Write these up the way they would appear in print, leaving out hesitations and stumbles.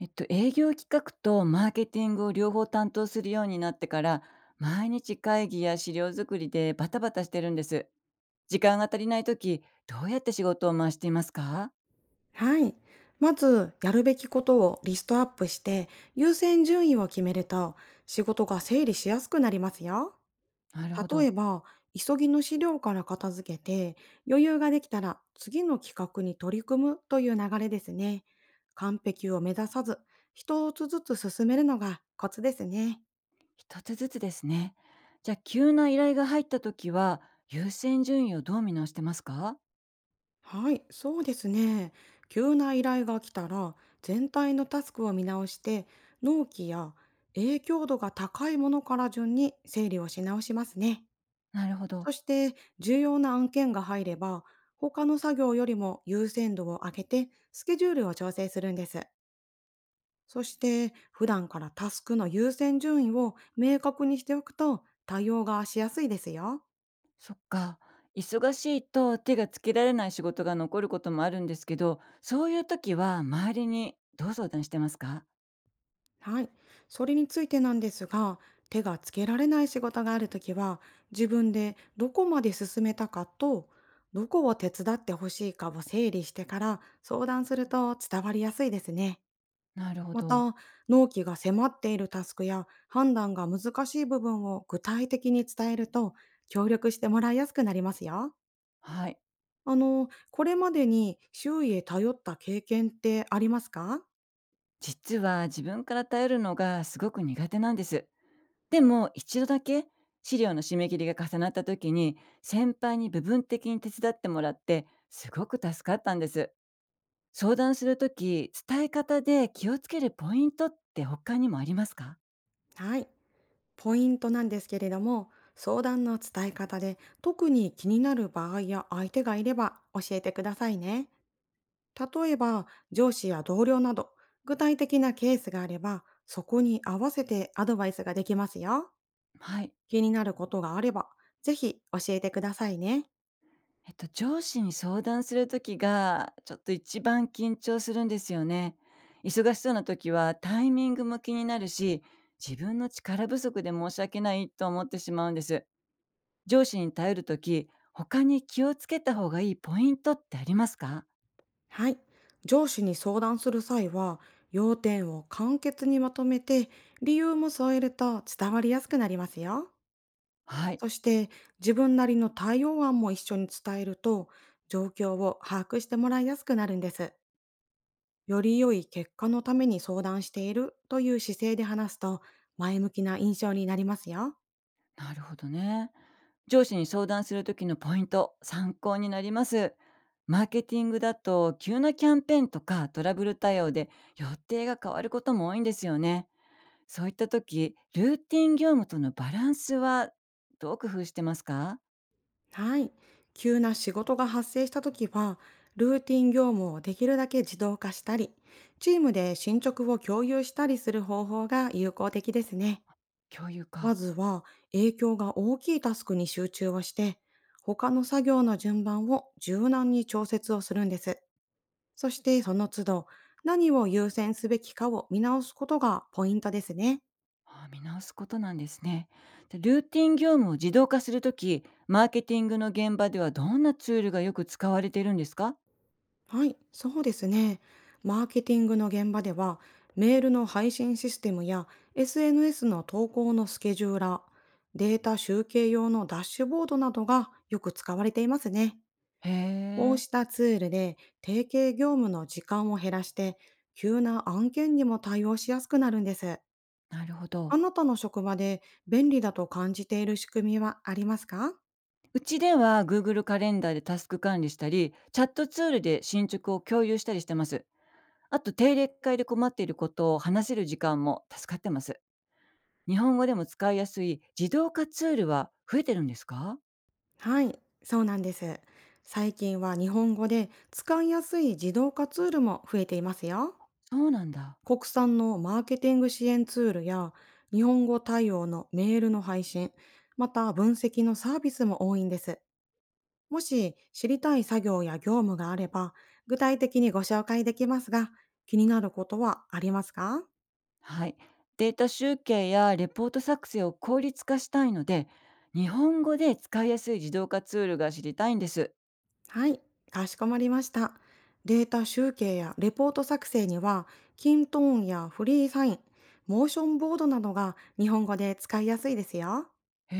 営業企画とマーケティングを両方担当するようになってから、毎日会議や資料作りでバタバタしてるんです。時間が足りないとき、どうやって仕事を回していますか？はい。まず、やるべきことをリストアップして、優先順位を決めると、仕事が整理しやすくなりますよ。なるほ例ど。えば、急ぎの資料から片付けて、余裕ができたら次の企画に取り組むという流れですね。完璧を目指さず、一つずつ進めるのがコツですね。一つずつですね。じゃあ、急な依頼が入ったときは、優先順位をどう見直してますか？はい、そうですね。急な依頼が来たら、全体のタスクを見直して、納期や影響度が高いものから順に整理をし直しますね。なるほど。そして、重要な案件が入れば、他の作業よりも優先度を上げて、スケジュールを調整するんです。そして、普段からタスクの優先順位を明確にしておくと、対応がしやすいですよ。そっか。忙しいと手がつけられない仕事が残ることもあるんですけど、そういうときは周りにどう相談してますか？はい。それについてなんですが、手がつけられない仕事があるときは、自分でどこまで進めたかと、どこを手伝ってほしいかを整理してから相談すると伝わりやすいですね。なるほまど。た、納期が迫っているタスクや判断が難しい部分を具体的に伝えると、協力してもらいやすくなりますよ。はい。これまでに周囲へ頼った経験ってありますか？実は自分から頼るのがすごく苦手なんです。でも一度だけ資料の締め切りが重なった時に先輩に部分的に手伝ってもらってすごく助かったんです。相談する時伝え方で気をつけるポイントって他にもありますか？はい。ポイントなんですけれども、相談の伝え方で特に気になる場合や相手がいれば教えてくださいね。例えば、上司や同僚など、具体的なケースがあれば、そこに合わせてアドバイスができますよ。はい。気になることがあれば、ぜひ教えてくださいね。上司に相談する時がちょっと一番緊張するんですよね。忙しそうな時はタイミングも気になるし自分の力不足で申し訳ないと思ってしまうんです。上司に頼るとき、他に気をつけた方がいいポイントってありますか？はい。上司に相談する際は、要点を簡潔にまとめて、理由も添えると伝わりやすくなりますよ。はい、そして、自分なりの対応案も一緒に伝えると、状況を把握してもらいやすくなるんです。より良い結果のために相談しているという姿勢で話すと、前向きな印象になりますよ。なるほどね。上司に相談するときのポイント、参考になります。マーケティングだと急なキャンペーンとかトラブル対応で予定が変わることも多いんですよね。そういったときルーティン業務とのバランスはどう工夫してますか？はい。急な仕事が発生した時は、ルーティン業務をできるだけ自動化したり、チームで進捗を共有したりする方法が有効的ですね。共有まか。ずは、影響が大きいタスクに集中をして、他の作業の順番を柔軟に調節をするんです。そしてその都度、何を優先すべきかを見直すことがポイントですね。あー、見直すことなんですね。でルーティン業務を自動化するとき、マーケティングの現場ではどんなツールがよく使われているんですか？はい、そうですね。マーケティングの現場では、メールの配信システムや SNS の投稿のスケジューラー、データ集計用のダッシュボードなどがよく使われていますね。へこうえ、したツールで提携業務の時間を減らして、急な案件にも対応しやすくなるんです。なるほあど。なたの職場で便利だと感じている仕組みはありますか？うちでは Google カレンダーでタスク管理したり、チャットツールで進捗を共有したりしてます。あと定例会で困っていることを話せる時間も助かってます。日本語でも使いやすい自動化ツールは増えてるんですか？はい、そうなんです。最近は日本語で使いやすい自動化ツールも増えていますよ。そうなんだ。国産のマーケティング支援ツールや日本語対応のメールの配信、また分析のサービスも多いんです。もし知りたい作業や業務があれば、具体的にご紹介できますが、気になることはありますか？はい。データ集計やレポート作成を効率化したいので、日本語で使いやすい自動化ツールが知りたいんです。はい、かしこまりました。データ集計やレポート作成には、キントーンやフリーサイン、モーションボードなどが日本語で使いやすいですよ。へ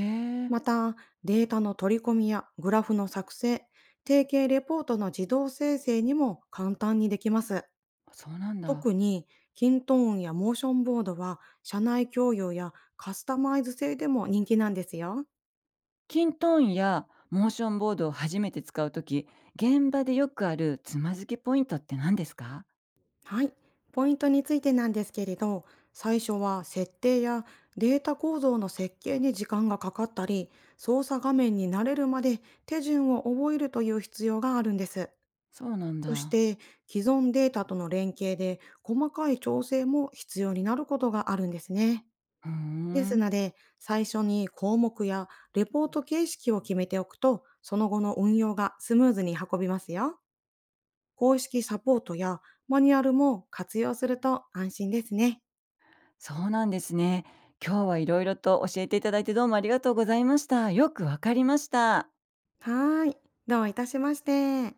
え、また、データの取り込みやグラフの作成、定型レポートの自動生成にも簡単にできます。そうなんだ。特に、キントーンやモーションボードは社内共有やカスタマイズ性でも人気なんですよ。キントーンやモーションボードを初めて使うとき、現場でよくあるつまずきポイントって何ですか？はい。ポイントについてなんですけれど、最初は設定やデータ構造の設計に時間がかかったり、操作画面に慣れるまで手順を覚えるという必要があるんです。そうなんそしだ。て、既存データとの連携で細かい調整も必要になることがあるんですね。うーですん、ので、最初に項目やレポート形式を決めておくと、その後の運用がスムーズに運びますよ。公式サポートやマニュアルも活用すると安心ですね。そうなんですね。今日はいろいろと教えていただいてどうもありがとうございました。よくわかりました。はーい。どういたしまして。